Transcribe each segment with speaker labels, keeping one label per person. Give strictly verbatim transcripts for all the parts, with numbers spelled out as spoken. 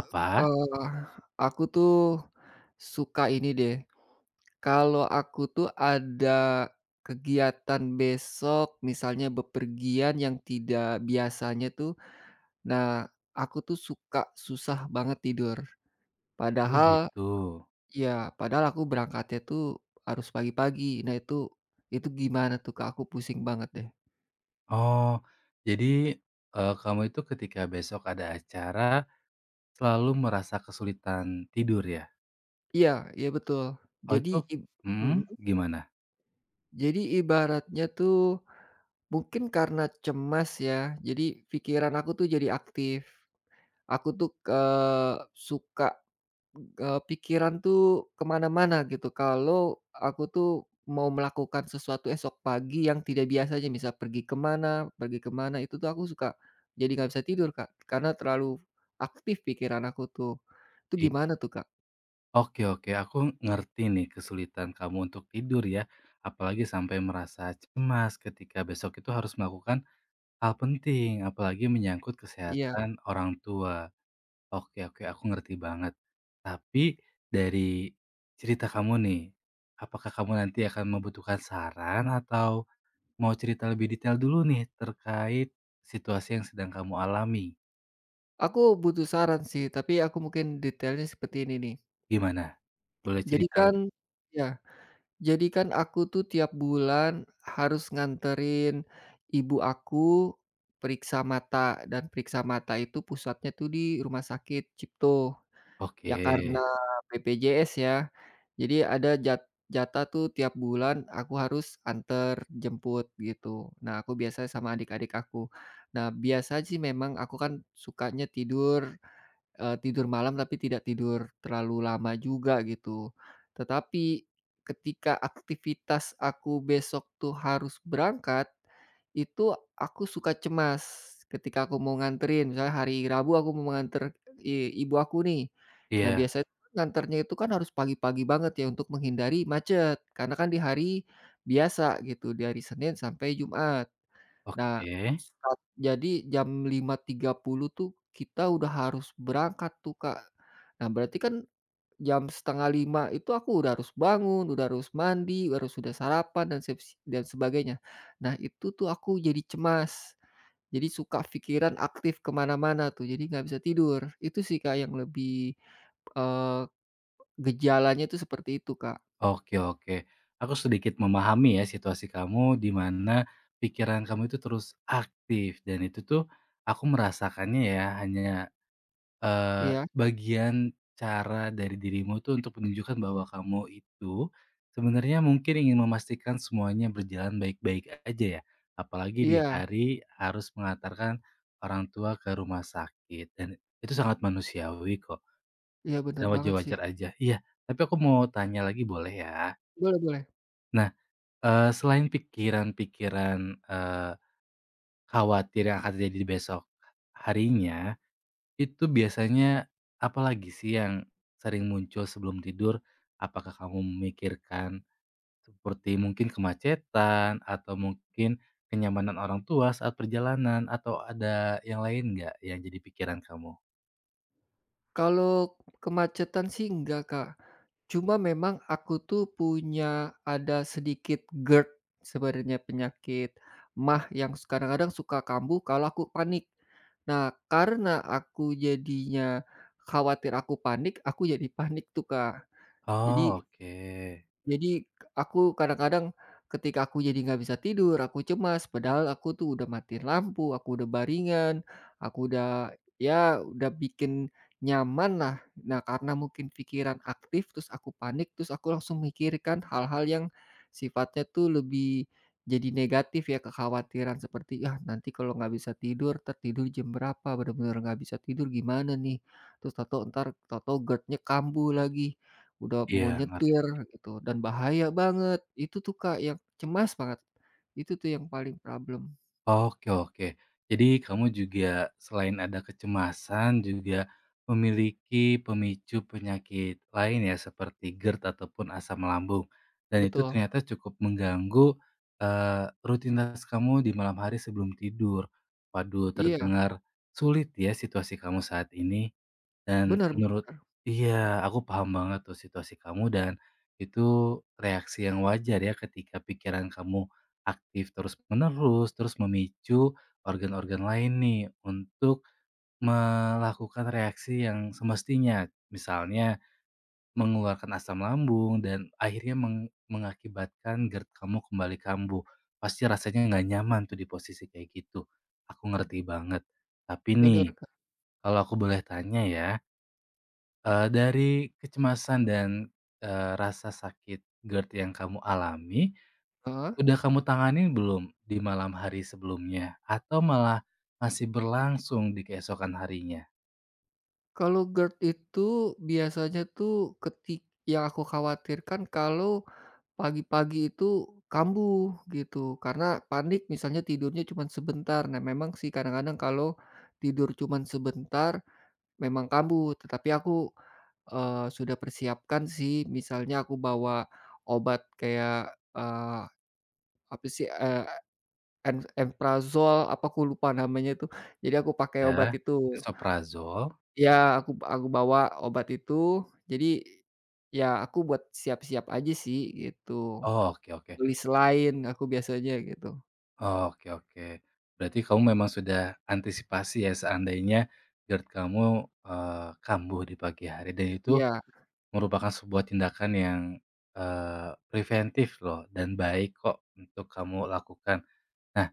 Speaker 1: Apa?
Speaker 2: Eee, aku tuh suka ini deh, kalau aku tuh ada kegiatan besok misalnya bepergian yang tidak biasanya tuh, nah aku tuh suka susah banget tidur.
Speaker 1: Oh
Speaker 2: Padahal
Speaker 1: gitu.
Speaker 2: ya padahal aku berangkatnya tuh harus pagi-pagi. Nah, itu itu gimana tuh, Kak? Aku pusing banget deh.
Speaker 1: Oh, jadi, eee, kamu itu ketika besok ada acara selalu merasa kesulitan tidur ya?
Speaker 2: Iya, iya, betul.
Speaker 1: Oh
Speaker 2: Jadi
Speaker 1: itu,
Speaker 2: ib
Speaker 1: mhm,
Speaker 2: Mhm.
Speaker 1: gimana?
Speaker 2: Jadi ibaratnya tuh mungkin karena cemas ya, jadi pikiran aku tuh jadi aktif. Aku tuh, eee, suka, eee, pikiran tuh kemana-mana gitu kalau aku tuh mau melakukan sesuatu esok pagi yang tidak biasanya, misal pergi kemana, pergi kemana itu tuh aku suka jadi nggak bisa tidur, Kak, karena terlalu aktif pikiran aku tuh. Itu
Speaker 1: I
Speaker 2: gimana tuh, Kak?
Speaker 1: oke, oke, aku ngerti nih kesulitan kamu untuk tidur ya, apalagi sampai merasa cemas ketika besok itu harus melakukan hal penting, apalagi menyangkut
Speaker 2: Iya,
Speaker 1: kesehatan orang tua. Oke, oke, aku ngerti banget. Tapi dari cerita kamu nih, apakah kamu nanti akan membutuhkan saran atau mau cerita lebih detail dulu nih terkait situasi yang sedang kamu alami?
Speaker 2: aku butuh saran sih, tapi aku mungkin detailnya seperti ini nih.
Speaker 1: Gimana? Boleh
Speaker 2: Jadi
Speaker 1: cerita
Speaker 2: kan
Speaker 1: lebih
Speaker 2: ya. Jadi kan aku tuh tiap bulan harus nganterin ibu aku periksa mata, dan periksa mata itu pusatnya tuh di rumah sakit Cipto.
Speaker 1: oke.
Speaker 2: Ya, karena Mhm. B P J S ya, jadi ada jat jatah tuh tiap bulan aku harus anter, jemput gitu. Nah, aku biasanya sama adik-adik aku. Nah, biasa sih memang aku kan sukanya tidur, Eee, tidur malam tapi tidak tidur terlalu lama juga gitu. Tetapi ketika aktivitas aku besok tuh harus berangkat, itu aku suka cemas ketika aku mau nganterin. Misalnya hari Rabu aku mau nganter i ibu aku nih. Nah,
Speaker 1: Iya,
Speaker 2: biasanya nganternya itu kan harus pagi-pagi banget ya untuk menghindari macet, karena kan di hari biasa gitu, dari Senin sampai Jumat. Nah,
Speaker 1: oke.
Speaker 2: saat jadi jam lima tiga puluh tuh kita udah harus berangkat tuh, Kak. Nah, berarti kan jam setengah lima itu aku udah harus bangun, udah harus mandi, harus sudah sarapan dan sep dan sebagainya. Nah, itu tuh aku jadi cemas. Jadi suka pikiran aktif kemana mana tuh, jadi nggak bisa tidur. Itu sih, Kak, yang lebih, eee, gejalanya itu seperti itu, Kak.
Speaker 1: Oke, oke. Aku sedikit memahami ya situasi kamu di mana pikiran kamu itu terus aktif dan itu tuh aku merasakannya ya hanya Eee,
Speaker 2: Iya,
Speaker 1: bagian cara dari dirimu tuh untuk menunjukkan bahwa kamu itu sebenarnya mungkin ingin memastikan semuanya berjalan baik-baik aja ya, apalagi di
Speaker 2: iya,
Speaker 1: hari harus mengantarkan orang tua ke rumah sakit dan itu sangat manusiawi kok
Speaker 2: iya, benar
Speaker 1: dan
Speaker 2: banget sih.
Speaker 1: wajar-wajar aja. Iya, tapi aku mau tanya lagi boleh ya?
Speaker 2: Boleh, boleh.
Speaker 1: Nah, eee, selain pikiran-pikiran, eee, khawatir yang akan terjadi besok harinya, itu biasanya apa lagi sih yang sering muncul sebelum tidur? Apakah kamu memikirkan seperti mungkin kemacetan atau mungkin kenyamanan orang tua saat perjalanan atau ada yang lain nggak yang jadi pikiran kamu?
Speaker 2: Kalau kemacetan sih enggak, Kak. Cuma memang aku tuh punya ada sedikit GERD sebenarnya, penyakit MAH yang kadang-kadang suka kambuh kalau aku panik. Nah, karena aku jadinya khawatir aku panik, aku jadi panik tuh, Kak.
Speaker 1: Oh,
Speaker 2: Jadi
Speaker 1: oke.
Speaker 2: jadi, k- aku kadang-kadang ketika aku jadi nggak bisa tidur, aku cemas, padahal aku tuh udah matiin lampu, aku udah baringan, aku udah, ya udah bikin nyaman lah. Nah, karena mungkin pikiran aktif, terus aku panik, terus aku langsung mikirkan hal-hal yang sifatnya tuh lebih jadi negatif ya, kekhawatiran seperti, "Yah, nanti kalau nggak bisa tidur, tertidur jam berapa? Bener-bener nggak bisa tidur gimana nih?" Terus tato tau entar, tau-tau kambuh lagi. Udah mau
Speaker 1: Iya, ngerti.
Speaker 2: nyetir gitu dan bahaya banget. Itu tuh, Kak, yang cemas banget. Itu tuh yang paling problem.
Speaker 1: Oke, oke. Jadi kamu juga selain ada kecemasan juga memiliki pemicu penyakit lain ya seperti G E R D ataupun asam lambung dan itu
Speaker 2: Betul.
Speaker 1: ternyata cukup mengganggu, eee, rutinitas kamu di malam hari sebelum tidur. Waduh,
Speaker 2: Iya,
Speaker 1: terdengar sulit ya situasi kamu saat ini. Dan
Speaker 2: benar
Speaker 1: menurut
Speaker 2: benar
Speaker 1: iya, aku paham banget tuh situasi kamu dan itu reaksi yang wajar ya ketika pikiran kamu aktif terus-menerus, terus memicu organ-organ lain nih untuk melakukan reaksi yang semestinya. Misalnya mengeluarkan asam lambung dan akhirnya meng- mengakibatkan G E R D kamu kembali kambuh. Pasti rasanya nggak nyaman tuh di posisi kayak gitu. Aku ngerti banget. Tapi nih,
Speaker 2: benar, Kak.
Speaker 1: kalau aku boleh tanya ya, Eee, dari kecemasan dan, eee, rasa sakit G E R D yang kamu alami,
Speaker 2: Heeh.
Speaker 1: udah kamu tangani belum di malam hari sebelumnya? Atau malah masih berlangsung di keesokan harinya?
Speaker 2: Kalau GERD itu biasanya tuh ketik yang aku khawatirkan kalau pagi-pagi itu kambuh gitu, karena panik misalnya tidurnya cuma sebentar. Nah, memang sih kadang-kadang kalau tidur cuma sebentar memang kambuh, tetapi aku Eee, sudah persiapkan sih, misalnya aku bawa obat kayak, eee, apa sih, eee, en Emprazol, apa aku lupa namanya itu. Jadi aku pakai obat
Speaker 1: Ya,
Speaker 2: itu.
Speaker 1: esoprazol.
Speaker 2: Ya, aku aku bawa obat itu, jadi ya aku buat siap-siap aja sih gitu.
Speaker 1: Oh, oke, oke.
Speaker 2: Tulis lain aku biasanya gitu.
Speaker 1: Oh, oke, oke. Berarti kamu memang sudah antisipasi ya seandainya G E R D kamu, eee, kambuh di pagi hari dan itu
Speaker 2: Iya,
Speaker 1: merupakan sebuah tindakan yang, eee, preventif loh dan baik kok untuk kamu lakukan. Nah,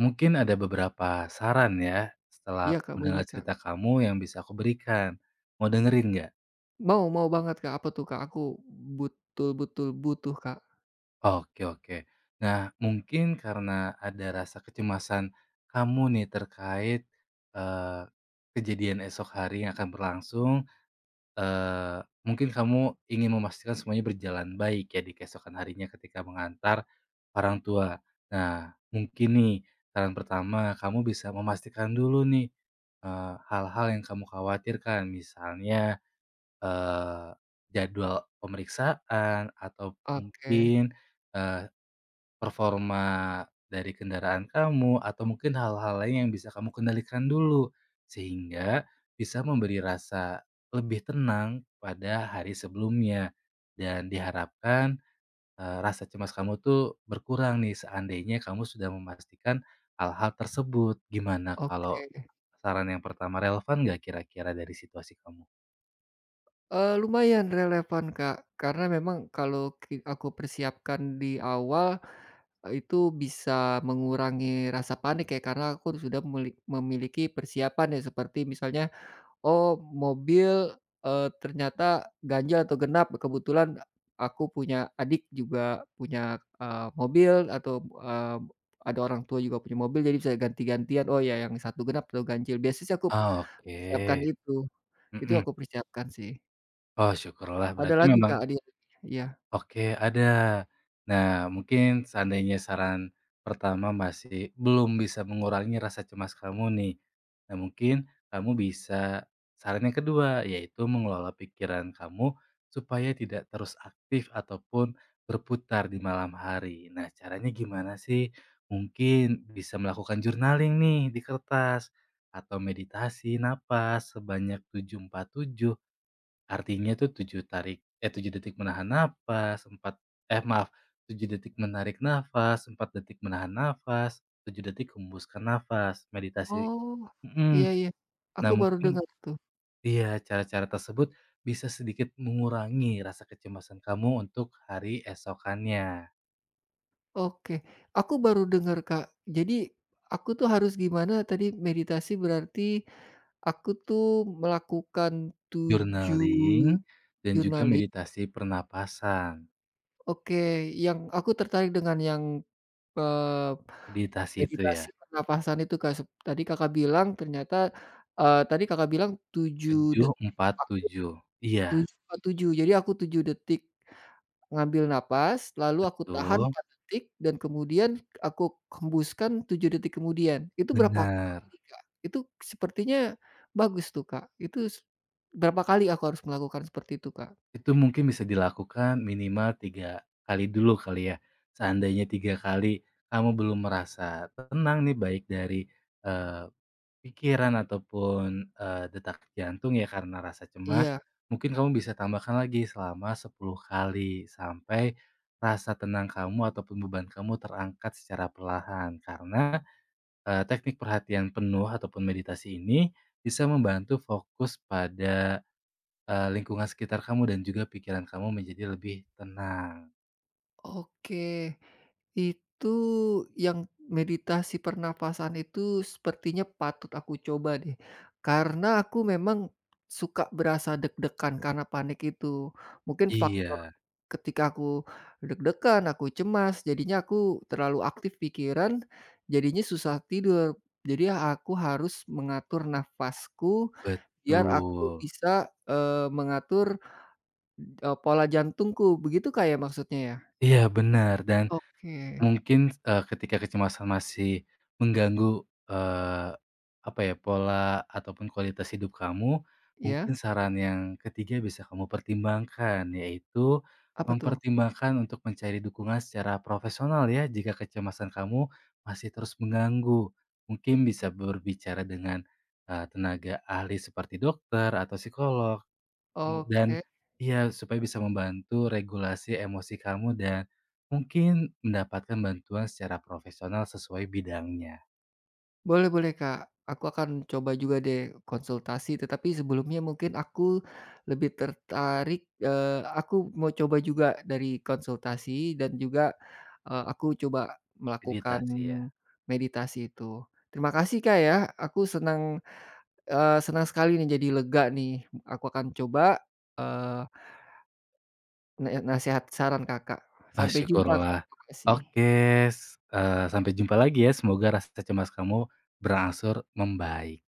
Speaker 1: mungkin ada beberapa saran ya, setelah
Speaker 2: iya,
Speaker 1: aku
Speaker 2: Kak, boleh,
Speaker 1: mendengar
Speaker 2: Kak.
Speaker 1: cerita kamu yang bisa aku berikan. Mau dengerin nggak?
Speaker 2: Mau, mau banget, Kak. Apa tuh, Kak? Aku betul-betul butuh, Kak.
Speaker 1: Oke, oke. Nah, mungkin karena ada rasa kecemasan kamu nih terkait eh, kejadian esok hari yang akan berlangsung, Eee, mungkin kamu ingin memastikan semuanya berjalan baik ya di keesokan harinya ketika mengantar orang tua. Nah, mungkin nih saran pertama kamu bisa memastikan dulu nih, eee, hal-hal yang kamu khawatirkan misalnya, eee, jadwal pemeriksaan atau
Speaker 2: Oke,
Speaker 1: mungkin, performa dari kendaraan kamu atau mungkin hal-hal lain yang bisa kamu kendalikan dulu, sehingga bisa memberi rasa lebih tenang pada hari sebelumnya. Dan diharapkan, eee, rasa cemas kamu tuh berkurang nih seandainya kamu sudah memastikan hal-hal tersebut. Gimana kalau
Speaker 2: oke.
Speaker 1: saran yang pertama relevan nggak kira-kira dari situasi kamu?
Speaker 2: Eee, lumayan relevan, Kak, karena memang kalau ki aku persiapkan di awal, eee, itu bisa mengurangi rasa panik ya, karena aku sudah meli memiliki persiapan ya, seperti misalnya, oh mobil, eee, ternyata ganjil atau genap, kebetulan aku punya adik juga punya, eee, mobil atau, eee, ada orang tua juga punya mobil, jadi bisa ganti-gantian, oh ya yang satu genap atau ganjil, biasanya sih aku
Speaker 1: Ah,
Speaker 2: persiapkan
Speaker 1: oke.
Speaker 2: itu, itu
Speaker 1: Mhm.
Speaker 2: aku persiapkan sih.
Speaker 1: Oh, syukurlah
Speaker 2: Ada
Speaker 1: berarti
Speaker 2: lagi
Speaker 1: memang
Speaker 2: Kak dia? Iya.
Speaker 1: oke, ada. Nah, mungkin seandainya saran pertama masih belum bisa mengurangi rasa cemas kamu nih. Nah, mungkin kamu bisa saran yang kedua, yaitu mengelola pikiran kamu supaya tidak terus aktif ataupun berputar di malam hari. Nah, caranya gimana sih? Mungkin bisa melakukan journaling nih di kertas atau meditasi napas sebanyak tujuh empat tujuh. Artinya tuh tujuh tarik eh, tujuh detik menahan nafas empat eh, maaf, tujuh detik menarik nafas, empat detik menahan nafas, tujuh detik hembuskan nafas, meditasi
Speaker 2: Oh,
Speaker 1: mhm.
Speaker 2: iya, iya.
Speaker 1: Nah
Speaker 2: Aku baru
Speaker 1: mungkin
Speaker 2: dengar tuh.
Speaker 1: iya, cara-cara tersebut bisa sedikit mengurangi rasa kecemasan kamu untuk hari esokannya.
Speaker 2: Oke. Aku baru dengar, Kak. Jadi, aku tuh harus gimana tadi meditasi berarti aku tuh melakukan
Speaker 1: Journaling
Speaker 2: tujuh
Speaker 1: dan juga
Speaker 2: journaling.
Speaker 1: meditasi pernapasan.
Speaker 2: Oke, yang aku tertarik dengan yang, eee,
Speaker 1: Meditasi itu ya,
Speaker 2: meditasi pernapasan itu, Kak, sep tadi Kakak bilang ternyata, eee, tadi Kakak bilang tujuh
Speaker 1: tujuh
Speaker 2: detik,
Speaker 1: empat tujuh. Iya,
Speaker 2: tujuh tuj jadi aku tujuh detik. Ngambil napas, lalu aku tahan
Speaker 1: betul,
Speaker 2: empat detik dan kemudian aku hembuskan tujuh detik kemudian. Itu berapa
Speaker 1: benar.
Speaker 2: kali, Kak? Itu sepertinya bagus tuh, Kak. Itu s Berapa kali aku harus melakukan seperti itu, Kak?
Speaker 1: Itu mungkin bisa dilakukan minimal tiga kali dulu kali ya. Seandainya tiga kali kamu belum merasa tenang nih baik dari, eee, pikiran ataupun, eee, detak jantung ya karena rasa cemas,
Speaker 2: Iya,
Speaker 1: mungkin kamu bisa tambahkan lagi selama sepuluh kali sampai rasa tenang kamu ataupun beban kamu terangkat secara perlahan. Karena, eee, teknik perhatian penuh ataupun meditasi ini bisa membantu fokus pada Eee, lingkungan sekitar kamu dan juga pikiran kamu menjadi lebih tenang.
Speaker 2: oke. Itu yang meditasi pernapasan itu sepertinya patut aku coba deh, karena aku memang suka berasa deg-degan karena panik itu. Mungkin faktor
Speaker 1: Iya,
Speaker 2: ketika aku deg-degan, aku cemas, jadinya aku terlalu aktif pikiran, jadinya susah tidur. Jadi aku harus mengatur nafasku biar aku
Speaker 1: betul.
Speaker 2: bisa, eee, mengatur, eee, pola jantungku, begitu kayak maksudnya ya?
Speaker 1: Iya, benar. Dan
Speaker 2: Oke,
Speaker 1: mungkin, eee, ketika kecemasan masih mengganggu, eee, apa ya, pola ataupun kualitas hidup kamu, mungkin
Speaker 2: ya
Speaker 1: saran yang ketiga bisa kamu pertimbangkan, yaitu
Speaker 2: apa tuh?
Speaker 1: mempertimbangkan untuk mencari dukungan secara profesional ya, jika kecemasan kamu masih terus mengganggu. Mungkin bisa berbicara dengan, eee, tenaga ahli seperti dokter atau psikolog. Mu dan
Speaker 2: Oke,
Speaker 1: iya, supaya bisa membantu regulasi emosi kamu dan mungkin mendapatkan bantuan secara profesional sesuai bidangnya.
Speaker 2: boleh, boleh, Kak. Aku akan coba juga deh konsultasi, tetapi sebelumnya mungkin aku lebih tertarik, eee, aku mau coba juga dari konsultasi dan juga, eee, aku coba
Speaker 1: Jadi itu
Speaker 2: melakukan
Speaker 1: sih ya?
Speaker 2: meditasi itu. Terima kasih, Kak, ya. Aku senang, eee, senang sekali nih jadi lega nih. Aku akan coba, eee, na nasihat saran Kakak.
Speaker 1: Ah,
Speaker 2: Sampai jumpa, Kak.
Speaker 1: syukurlah.
Speaker 2: Terima kasih.
Speaker 1: Oke, s eee, sampai jumpa lagi ya, semoga rasa cemas kamu berangsur membaik.